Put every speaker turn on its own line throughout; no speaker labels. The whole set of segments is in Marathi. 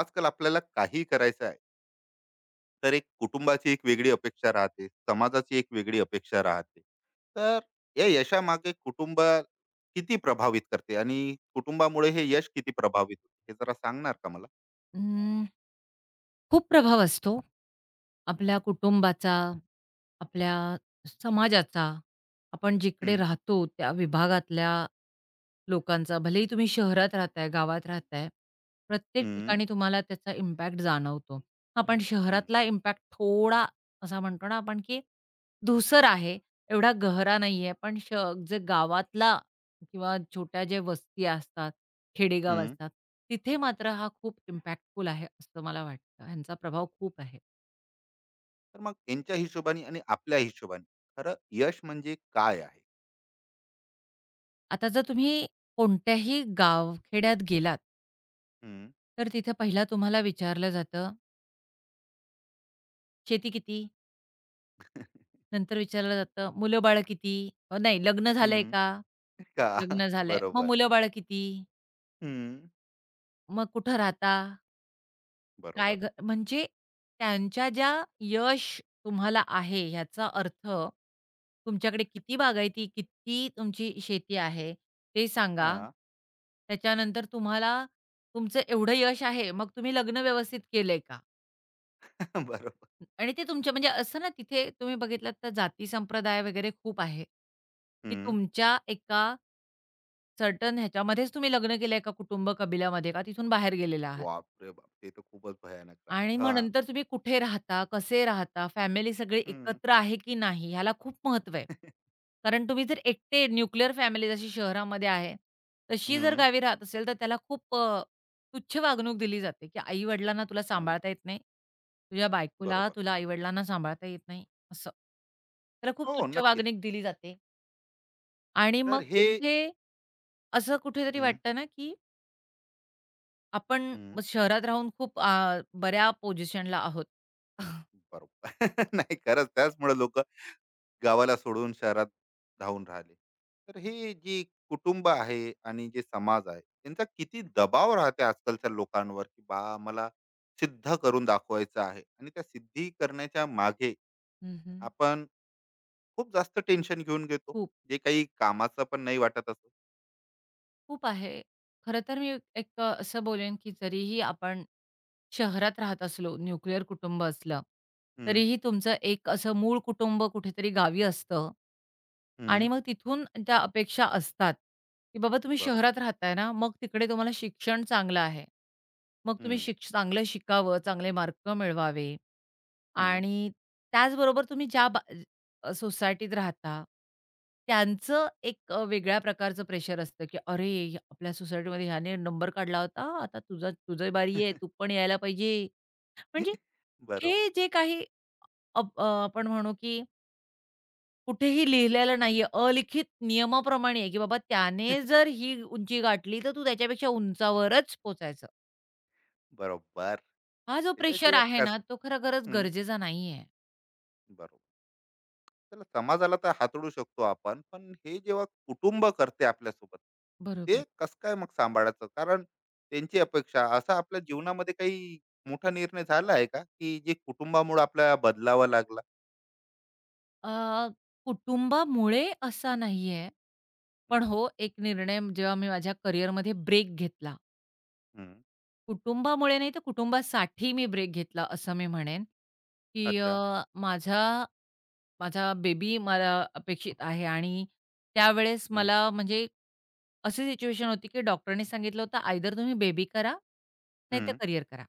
आजकाल आपल्याला काही करायचं आहे, तर एक कुटुंबाची एक वेगळी अपेक्षा राहते, समाजाची एक वेगळी अपेक्षा राहते. तर या यशामागे कुटुंब किती प्रभावित करते आणि कुटुंबामुळे हे यश किती प्रभावित होते, हे जरा सांगणार का मला?
अं, खूप प्रभाव असतो. आपल्या
हम्म,
कुटुंबाचा, आपल्या समाजाचा, आपण जिकडे
हम्म,
राहतो त्या विभागातल्या लोकांचा. भलेही तुम्ही शहरात राहताय, गावात राहताय, प्रत्येक
हम्म,
ठिकाणी तुम्हाला त्याचा इम्पॅक्ट जाणवतो. हां, पण
हम्म,
शहरातला इम्पॅक्ट थोडा असा म्हणतो ना आपण, की धूसर आहे, एवढा गहरा नाहीये. पण जे गावातला किंवा छोट्या ज्या वस्ती असतात, खेडेगाव
हम्म.
असतात, तिथे मात्र हा खूप इम्पॅक्टफुल आहे असं मला वाटतं. ह्यांचा प्रभाव खूप आहे.
तर मग यांच्या हिशोबाने आणि आपल्या हिशोबाने खरं यश म्हणजे काय आहे?
आता जर तुम्ही कोणत्याही गावखेड्यात गेलात,
हम्म.
तर तिथे पहिला तुम्हाला विचारलं जातं, "शेती किती?" नंतर विचारलं जातं, "मुलं-बाळं किती?" नाही, "लग्न झालंय का?"
हम्म. का?
"लग्न झालंय." "मग
बरोबर.
मुलं-बाळं किती?"
हम्म.
"मग कुठं राहता?" काय
बरोबर.
ग म्हणजे त्यांच्या ज्या यश तुम्हाला आहे ह्याचा अर्थ तुमच्याकडे किती बागायती, किती तुमची शेती आहे ते सांगा.
हा.
त्याच्यानंतर तुम्हाला तुमचं एवढं यश आहे, मग तुम्ही लग्न व्यवस्थित केलंय का?
बरोबर.
आणि ते तुमच्या म्हणजे असं ना तिथे तुम्ही बघितलात तर जाती संप्रदाय वगैरे खूप आहे, की
हम्म.
तुमच्या एका सर्टन ह्याच्यामध्येच तुम्ही लग्न केलंय का कुटुंब, कबिल्यामध्ये का तिथून बाहेर गेलेला आहात?
बापरे बाप, ते तर खूपच भयानक
आणि
राहते हा.
मग नंतर तुम्ही कुठे राहता, कसे राहता, फॅमिली सगळी
हं.
एकत्र आहे की नाही ह्याला खूप महत्त्व आहे. कारण तुम्ही जर एकटे न्यूक्लिअर फॅमिली जशी शहरामध्ये आहे, तशी जर
हं,
गावी राहत असेल तर त्याला खूप तुच्छ वागणूक दिली जाते, की आई-वडिलांना तुला
हं.
सांभाळता येत नाही. तुझ्या बायकोला,
बरोबर.
तुला आई-वडिलांना सांभाळता येत नाही असं. त्याला खूप
हो,
तुच्छ
नक्कीच.
वागणूक दिली जाते आणि
तर
मग
हे,
तिथे असं कुठेतरी
हं,
वाटतं ना, की आपण
हं.
शहरात राहून खूप बऱ्या पोझिशनला आहोत.
बरोबर. नाही, खरंच त्याचमुळे लोकं गावाला सोडून शहरात धावून राहिले. तर हे जी कुटुंब आहे आणि जे समाज आहे, त्यांचा किती दबाव राहते आजकालच्या लोकांवर, की बा, मला सिद्ध करून दाखवायचं आहे, आणि त्या सिद्धी करण्याच्या मागे
हं,
आपण खूप जास्त टेन्शन घेऊन घेतो.
खूप,
जे काही कामाचं पण नाही वाटत असं.
खूप आहे. खरं तर मी एक असं बोलेन, की जरीही आपण शहरात राहत असलो, न्यूक्लिअर कुटुंब असलं,
हं,
तरीही तुमचं एक असं मूळ कुटुंब कुठेतरी गावी असतं
हं.
आणि मग तिथून त्या अपेक्षा असतात, की बाबा तुम्ही
बरोबर.
शहरात राहताय ना, मग तिकडे तुम्हाला शिक्षण चांगलं आहे. मग
हं,
तुम्ही शिक्ष चांगलं शिकावं, चांगले मार्क मिळवावे
हं.
आणि त्याचबरोबर तुम्ही ज्या सोसायटीत राहता, त्यांचं एक वेगळ्या प्रकारचं प्रेशर असतं, की "अरे, आपल्या सोसायटीमध्ये ह्याने नंबर काढला होता, आता तुझा तुझी बारी आहे, तू पण यायला पाहिजे." म्हणजे
बरोबर.
हे जे काही आपण म्हणू, की कुठेही लिहिलेलं नाहीये, अलिखित नियमाप्रमाणे आहे, की बाबा त्याने जर ही उंची गाठली, तर तू त्याच्यापेक्षा उंचावरच पोचायचं.
बरोबर.
हा जो प्रेशर
त्याच्याशिवाय
आहे ना,
कस,
तो खरोखरच
हं,
गरजेचा नाहीये.
बरोबर. चला, समाजाला तर हाताळू शकतो आपण, पण हे जेव्हा कुटुंब करते आपल्यासोबत, ते
बरोबर.
कसं काय मग सांभाळायचं? कारण त्यांची अपेक्षा असा आपल्या जीवनामध्ये काही मोठा निर्णय झाला आहे का, की जे कुटुंबामुळे आपल्याला बदलावा लागला?
अ, कुटुंबामुळे असा नाहीये. पण
हं,
हो, एक निर्णय जेव्हा मी माझ्या करिअरमध्ये ब्रेक घेतला.
हं.
कुटुंबामुळे नाही तर कुटुंबासाठी मी ब्रेक घेतला असं मी म्हणेन, की
अच्छा.
माझा माझा बेबी मला अपेक्षित आहे आणि त्यावेळेस
हं,
मला म्हणजे अशी सिच्युएशन होती, की डॉक्टरनी सांगितलं होतं, "आयदर तुम्ही बेबी करा, नाहीतर
हं.
करिअर करा."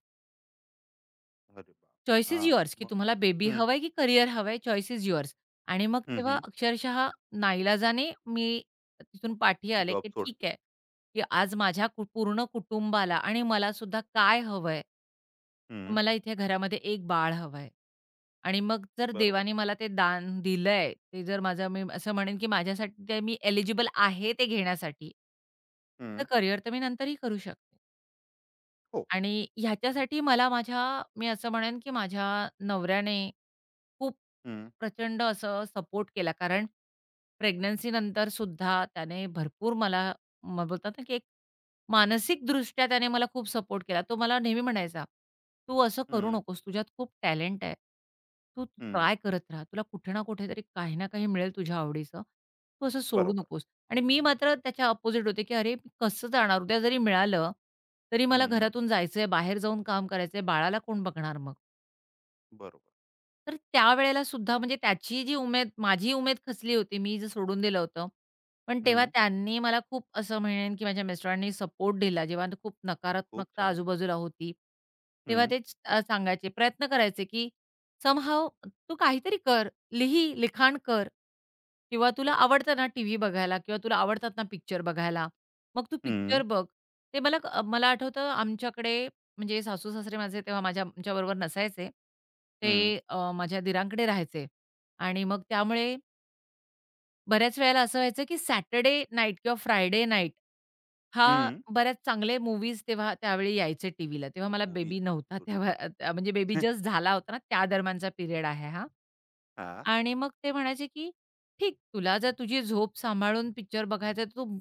अरे बापरे!
चॉईस इज
हां.
युअर्स, की
मग,
तुम्हाला बेबी
हं,
हवाय की करियर हवंय, चॉईस इज युअर्स. आणि मग
हं,
तेव्हा
हं.
अक्षरशः नाईलाजाने मी तिथून पाठी आले,
जॉब
की
सोडला.
ठीक आहे, की आज माझ्या कु पूर्ण कुटुंबाला आणि मलासुद्धा काय हवंय? तर
हं.
मला इथे घरामध्ये एक बाळ हवंय. आणि मग जर
बरोबर.
देवाने मला ते दान दिलंय, ते जर माझं मी असं म्हणेन, की माझ्यासाठी ते मी एलिजिबल आहे ते घेण्यासाठी, तर
हं.
करियर तर मी नंतरही करू शकते.
हो.
आणि ह्याच्यासाठी मला मी असं म्हणेन, की माझ्या नवऱ्याने खूप
हं,
प्रचंड असं सपोर्ट केला. कारण प्रेग्नन्सी नंतर सुद्धा त्याने भरपूर मला बोलतात ना, की एक मानसिकदृष्ट्या त्याने मला खूप सपोर्ट केला. तो मला नेहमी म्हणायचा, "तू असं करू
हं,
नकोस. तुझ्यात खूप टॅलेंट आहे. तू
हं.
ट्राय करत राहा. तुला कुठे ना कुठेतरी काही ना काही मिळेल तुझ्या आवडीचं. तू असं सोडू
बरोबर.
नकोस." आणि मी मात्र त्याच्या अपोझिट होते, की "अरे, मी कसं जाणार? उद्या जरी मिळालं, तरी मला
हं.
घरातून जायचंय, बाहेर जाऊन काम करायचंय. बाळाला कोण बघणार मग?"
बरोबर.
तर त्यावेळेला सुद्धा म्हणजे त्याची जी उमेद माझी उमेद खचली होती, मी जे सोडून दिलं होतं. पण तेव्हा त्यांनी मला खूप असं म्हणेन, की माझ्या मिस्टरांनी सपोर्ट दिला. जेव्हा खूप
खूप
नकारात्मकता
छान.
आजूबाजूला होती, तेव्हा
हं.
ते सांगायचे, प्रयत्न करायचे, की समहाऊ तू काहीतरी कर, लिही, लिखाण कर किंवा तुला
बरोबर.
आवडतं ना टीव्ही बघायला किंवा तुला आवडतात ना पिक्चर बघायला, मग तू
हं,
पिक्चर बघ. ते मला मला आठवतं आमच्याकडे म्हणजे सासू-सासरे माझे तेव्हा माझ्या आमच्याबरोबर नसायचे. ते
हं,
माझ्या दीरांकडे राहायचे आणि मग त्यामुळे बऱ्याच वेळेला असं व्हायचं, की सॅटर्डे नाईट किंवा फ्रायडे नाईट हा
हं.
बऱ्याच चांगले मूवीज तेव्हा त्यावेळी यायचे टीव्हीला. तेव्हा
तर,
मला बेबी नव्हता
गुड.
तेव्हा म्हणजे बेबी जस्ट झाला होता ना, त्या दरम्यानचा पिरियड आहे हा.
हां.
आणि मग ते म्हणायचे, की "ठीक, तुला जर तुझी झोप सांभाळून पिक्चर बघायचा आहे तर तू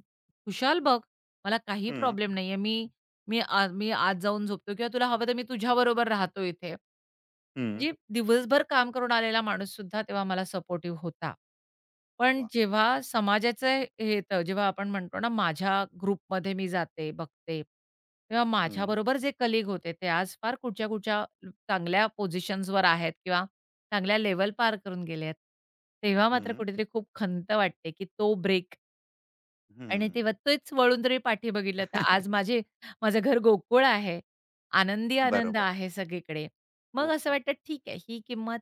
खुशाल बघ. मला काही
हं,
प्रॉब्लेम नाहीये. मी मी आ मी आत जाऊन झोपतो किंवा तुला हवं तर मी तुझ्याबरोबर राहतो इथे.
हं,
म्हणजे दिवसभर काम करून आलेला माणूससुद्धा तेव्हा मला सपोर्टिव्ह होता. पण
वाह!
जेव्हा समाजाचं हे येतं, जेव्हा आपण म्हणतो ना माझ्या ग्रुपमध्ये मी जाते, बघते, तेव्हा
हं,
माझ्याबरोबर जे कलीग होते ते आज फार कुठच्या-कुठच्या चांगल्या पोझिशन्सवर आहेत किंवा चांगल्या लेव्हल पार करून गेले आहेत. तेव्हा मात्र
हं,
कुठेतरी खूप खंत वाटते, की तो ब्रेक आणि
हं.
तेव्हा तेच वळून जरी पाठी बघितलं तर आज माझे माझं घर गोकुळ आहे. आनंदी आनंद
बरोबर.
आहे सगळीकडे. मग
खूप
असं
छान.
वाटतं ठीक आहे ही किंमत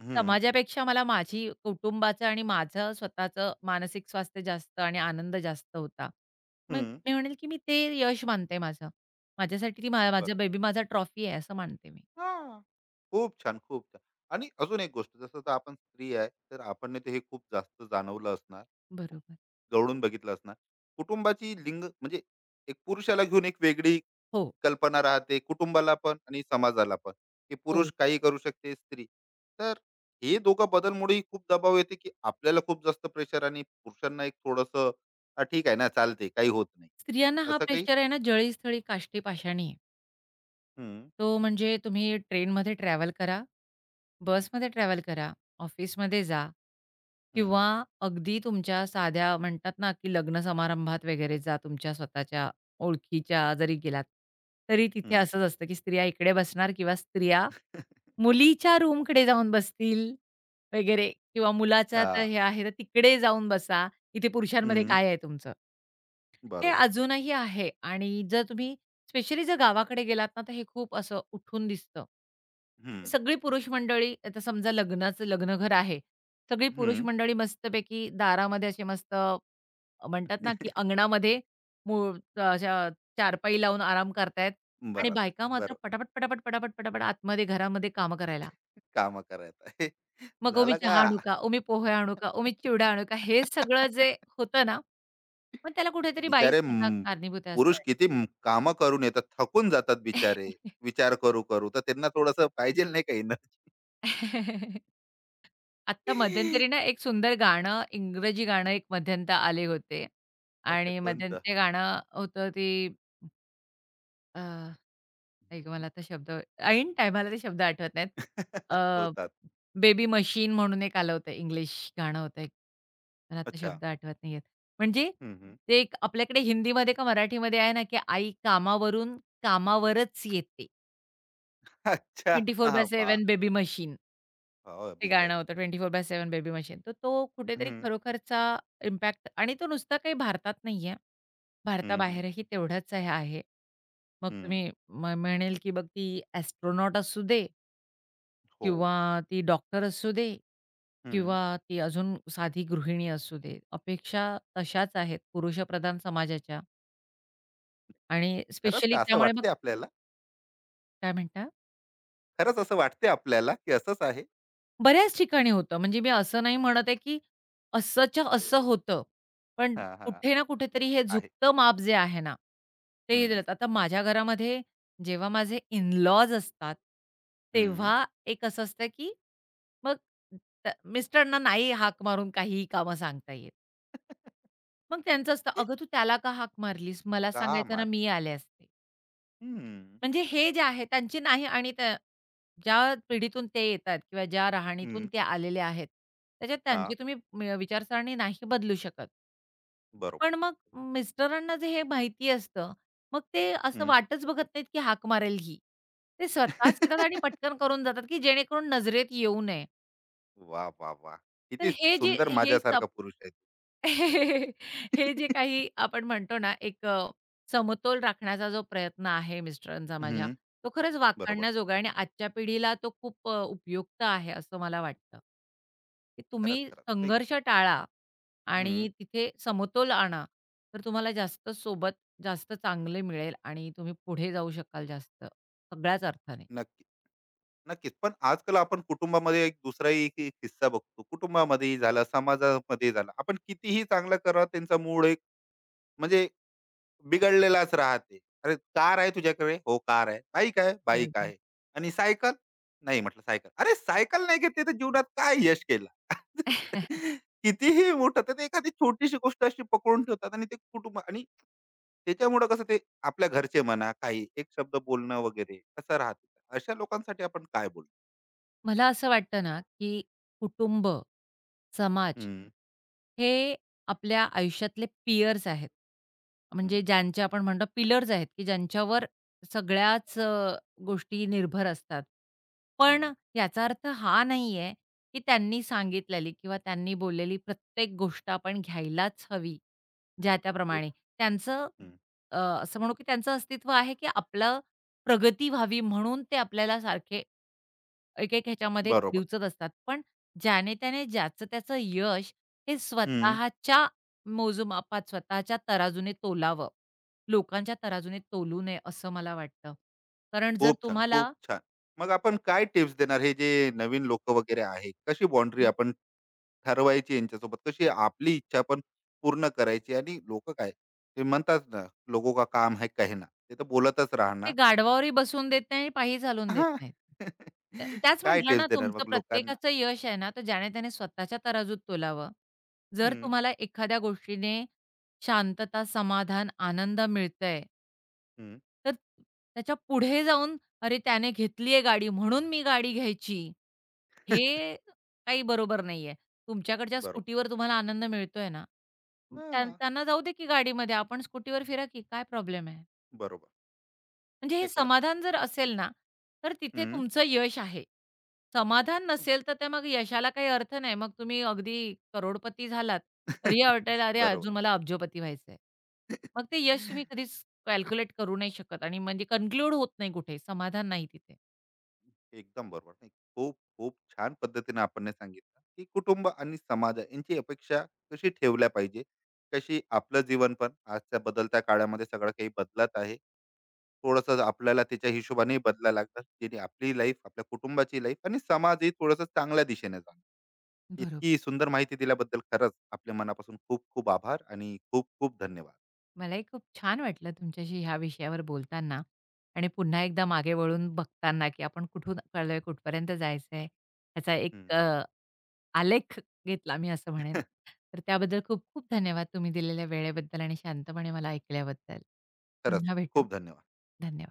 हं,
समाजापेक्षा मला माझी कुटुंबाचं आणि माझं स्वतःचं मानसिक स्वास्थ्य जास्त आणि आनंद जास्त होता. मग
हं.
मी म्हणेल की मी ते यश मानते माझं. माझ्यासाठी ती माझा
बरोबर.
बेबी माझा ट्रॉफी आहे असं मानते मी.
हां. खूप छान, खूप छान. आणि अजून एक गोष्ट, जसं आता आपण स्त्री आहे, तर आपण नाही तर हे खूप जास्त जाणवलं असणार. खूप
बरोबर.
जवळून बघितलं असणार. कुटुंबाची लिंग म्हणजे एक पुरुषाला घेऊन एक वेगळी
हो,
कल्पना राहते कुटुंबाला पण आणि समाजाला पण, की पुरुष
हो.
काही करू शकते स्त्री. तर हे दोघं बदलमुळे खूप दबाव येते, की आपल्याला खूप जास्त प्रेशर, आणि पुरुषांना एक थोडस ठीक आहे ना, चालते, काही होत नाही
स्त्रियांना हा
असं काही.
प्रेशर आहे ना जळी, काष्टी, पाषाणी
हम्म,
तो म्हणजे तुम्ही ट्रेनमध्ये ट्रॅव्हल करा,
हम्म,
बसमध्ये ट्रॅव्हल करा, ऑफिसमध्ये जा
हम्म,
किंवा अगदी तुमच्या साध्या म्हणतात ना, की लग्न समारंभात वगैरे जा तुमच्या स्वतःच्या ओळखीच्या जरी गेलात, तरी तिथे
हम्म.
असंच असतं, की स्त्रिया इकडे बसणार किंवा स्त्रिया मुलीच्या रूमकडे जाऊन बसतील. वगैरे किंवा मुलाचं
हा.
आता हे आहे, तर तिकडे जाऊन बसा. इथे पुरुषांमध्ये
हम्म,
काय आहे तुमचं? हे
बरोबर.
अजूनही आहे आणि जर तुम्ही स्पेशली जर गावाकडे गेलात ना, तर हे खूप असं उठून दिसतं.
हम्म,
सगळी पुरुष मंडळी आता समजा लग्नाचं लग्नघर आहे. सगळी पुरुष
हम्म.
मंडळी मस्तपैकी दारामध्ये असे मस्त म्हणतात ना, की अंगणामध्ये मूळ अशा चारपाई लावून आराम करतायत आणि
बरं.
बायका मात्र
बरोबर.
पटापट, पटापट, पटापट, पटापट आतमध्ये घरामध्ये कामं करायला.
काम करत आहे.
मग ओ मी
झालं
चहा
का?
आणू का? ओ मी पोहे आणू का? ओ मी चिवडा आणू का? हे सगळं जे होतं ना, पण त्याला कुठेतरी बाई
बिचारे
स्वतः कारणीभूत आहे असं
पुरुष
वाटतं.
किती कामं करून येतात, थकून जातात बिचारे. विचार करू करू तर त्यांना थोडस पाहिजे नाही काही ना.
आत्ता मध्यंतरी ना, एक सुंदर गाणं, इंग्रजी गाणं एक मध्यंतरी आले होते
अच्छा,
आणि
कोणतं?
मध्यंतरी ते गाणं होतं ते अ, ऐक मला आता शब्द ऐन टायमाला ते शब्द आठवत नाहीत. अ
होतात.
बेबी मशीन म्हणून एक आलं होतं इंग्लिश गाणं होतं एक. मला आता
अच्छा.
शब्द आठवत नाहीयेत. म्हणजे
हम्म, हम्म.
ते एक आपल्याकडे हिंदीमध्ये का मराठीमध्ये आहे ना, की आई कामावरून कामावरच येते.
अच्छा. हा, बा
24/7 बेबी मशीन.
हो,
ते गाणं
बिचारे.
होतं 24/7 बेबी मशीन. तर तो कुठेतरी
हम्म,
खरोखरचा इम्पॅक्ट आणि तो नुसता काही भारतात नाहीये.
हम्म, हम्म,
भारताबाहेरही तेवढाच हे आहे. मग
हम्म.
तुम्ही म्हणेल, की मग ती एस्ट्रोनॉट असू दे
हो.
किंवा ती डॉक्टर असू दे
हम्म.
किंवा ती अजून साधी गृहिणी असू दे. अपेक्षा तशाच आहेत पुरुषप्रधान समाजाच्या आणि
खरंच
स्पेशली
का असं
त्यामुळे मग
वाटते आपल्याला?
काय म्हणता?
खरंच असं वाटते आपल्याला की असंच आहे?
बऱ्याच ठिकाणी होतं. म्हणजे मी असं नाही म्हणत आहे, की असंच्या असं होतं. पण
हा हा.
कुठे ना कुठेतरी
नाही,
हे
आहे.
झुकतं माप जे आहे ना, ते
हम्म,
दिलंत. आता माझ्या घरामध्ये जेव्हा माझे इन-लॉज असतात,
हम्म.
तेव्हा एक असं असतं, की मग त मिस्टरांना नाही हाक मारून काहीही कामं सांगता येत. मग त्यांचं असतं, "अगं, तू त्याला का हाक मारलीस? मला
का
सांगायचं ना,
मार?
मी आले असते."
हम्म,
म्हणजे हे जे आहे त्यांची नाही आणि त्या ज्या पिढीतून ते येतात किंवा ज्या राहणीतून
हम्म.
ते आलेले आहेत, त्याच्यात
हा,
त्यांची तुम्ही विचारसरणी नाही बदलू शकत.
बरोबर.
पण मग मिस्टरांना जे हे माहिती असतं, मग ते असं
हं.
वाटच बघत नाहीत, की हाक मारेल ही. ते स्वतःच येतात आणि पटकन करून जातात, की जेणेकरून नजरेत येऊ नये.
वाह, वाह, वाह!
तर
किती
हे जे
सुंदर
हे सप
माझ्यासारखा पुरुष आहे.
हे जे काही आपण म्हणतो ना, एक समतोल राखण्याचा जो प्रयत्न आहे मिस्टरांचा माझ्या,
हं,
तो खरंच
बरोबर.
वाखाणण्याजोगा आहे आणि आजच्या पिढीला तो खूप उपयुक्त आहे असं मला वाटतं. की
खरंच,
तुम्ही
खरंच. नाही,
संघर्ष टाळा
हं,
आणि तिथे समतोल आणा, तर तुम्हाला जास्त सोबत जास्त चांगले मिळेल आणि तुम्ही पुढे जाऊ शकाल जास्त, सगळ्याच अर्थाने.
नक्की, नक्कीच. पण आजकाल आपण कुटुंबामध्ये एक दुसराही एक एक किस्सा बघतो. कुटुंबामध्येही झाला, समाजामध्ये झाला. आपण कितीही चांगलं करा, त्यांचा मूळ एक म्हणजे बिघडलेलाच राहते. "अरे, कार आहे तुझ्याकडे?" "हो, कार आहे." "बाईक आहे?" "बाईक
बरोबर.
आहे." "आणि सायकल?" "नाही." म्हटलं, "सायकल." "अरे, सायकल नाही घेतली तर जीवनात काय यश केला?" कितीही मोठं तर ते एखादी छोटीशी गोष्ट अशी पकडून ठेवतात, आणि ते कुटुंब आणि त्याच्यामुळं कसं ते आपल्या घरचे म्हणा, काही एक शब्द बोलणं वगैरे असं राहतं. अशा लोकांसाठी आपण काय बोलू?
मला असं वाटतं ना, की कुटुंब, समाज
हं,
हे आपल्या आयुष्यातले पियर्स आहेत.
हं,
म्हणजे ज्यांचे आपण म्हणतो पिलर्स आहेत, की ज्यांच्यावर सगळ्याच गोष्टी निर्भर असतात. पण
हं,
याचा अर्थ हा नाही आहे, की त्यांनी सांगितलेली किंवा त्यांनी बोललेली प्रत्येक गोष्ट आपण घ्यायलाच हवी, ज्या
गुड.
त्याप्रमाणे. त्यांचं
हं,
अ, असं म्हणू, की त्यांचं अस्तित्व आहे, की आपलं प्रगती व्हावी म्हणून ते आपल्याला सारखे एक-एक ह्याच्यामध्ये
बरोबर.
दिवचत असतात. पण ज्याने त्याने ज्याचं त्याचं यश हे
हं.
स्वतःच्या मोजमापात, स्वतःच्या तराजूने तोलावं. लोकांच्या तराजूने तोलू नये असं मला वाटतं. कारण जर
खूप छान, खूप
तुम्हाला
छान. मग आपण काय टिप्स देणार? हे जे नवीन लोकं वगैरे आहे, कशी बाउंडरी
हं.
आपण ठरवायची यांच्यासोबत? कशी आपली इच्छा पण पूर्ण करायची? आणि लोकं काय ते म्हणतात ना, "लोगों का काम है कहना." ते तर बोलतच
ते
राहणार.
गाढवावरही बसवून देत नाही आणि पायी चालवून देत
हां.
नाहीत. त्याच
काय
म्हटलं
टिप्स
ना
देणार
तुमचं
मग लोकांना?
प्रत्येकाचं यश आहे ना, तर ज्याने त्याने स्वतःच्या तराजूत तोलावं. जर
हं,
तुम्हाला एखाद्या गोष्टीने शांतता, समाधान, आनंद मिळतंय
हं.
तर त्याच्या पुढे जाऊन, "अरे, त्याने घेतली गाडी म्हणून मी गाडी घ्यायची." हे काही बरोबर नाहीये. तुमच्याकडच्या
बरोबर.
स्कूटीवर तुम्हाला आनंद मिळतोय ना, त्या
हां,
त्यांना जाऊ दे की गाडीमध्ये. आपण स्कूटीवर फिरा की काय प्रॉब्लेम आहे?
बरोबर.
म्हणजे
नाही,
हे
खरंच.
समाधान जर असेल ना, तर तिथे
हं.
तुमचं यश आहे. समाधान नसेल, तर त्या मग यशाला काही अर्थ नाही. मग तुम्ही अगदी करोडपती झालात, तरी वाटेल, "अरे,
बरोबर.
अजून मला अब्जोपती व्हायचंय." मग ते यश तुम्ही कधीच कॅल्क्युलेट करू नाही शकत आणि म्हणजे कन्क्लूड होत नाही कुठे, समाधान नाही तिथे.
एकदम बरोबर. नाही, खूप खूप छान पद्धतीने आपण सांगितलं, की कुटुंब आणि समाज यांची अपेक्षा कशी ठेवल्या पाहिजे, कशी आपलं जीवन पण आजच्या बदलत्या काळामध्ये सगळं काही बदलत आहे, थोडस आपल्याला त्याच्या हिशोबाने बदला लागतात, जेणे आपली लाईफ, आपल्या कुटुंबाची लाईफ आणि समाजही थोडस चांगल्या दिशेने जाणं.
बरोबर.
इतकी सुंदर माहिती दिल्याबद्दल खरंच आपल्या मनापासून खूप खूप आभार आणि खूप खूप धन्यवाद.
मलाही खूप छान वाटलं तुमच्याशी ह्या विषयावर बोलताना आणि पुन्हा एकदा मागे वळून बघताना, की आपण कुठून आलोय, कुठपर्यंत जायचंय, ह्याचा एक
हम्म.
आलेख घेतला मी असं म्हणेन. तर त्याबद्दल खूप खूप धन्यवाद तुम्ही दिलेल्या वेळेबद्दल आणि शांतपणे मला ऐकल्याबद्दल.
खरंच
पुन्हा भेटू.
खूप धन्यवाद.
धन्यवाद.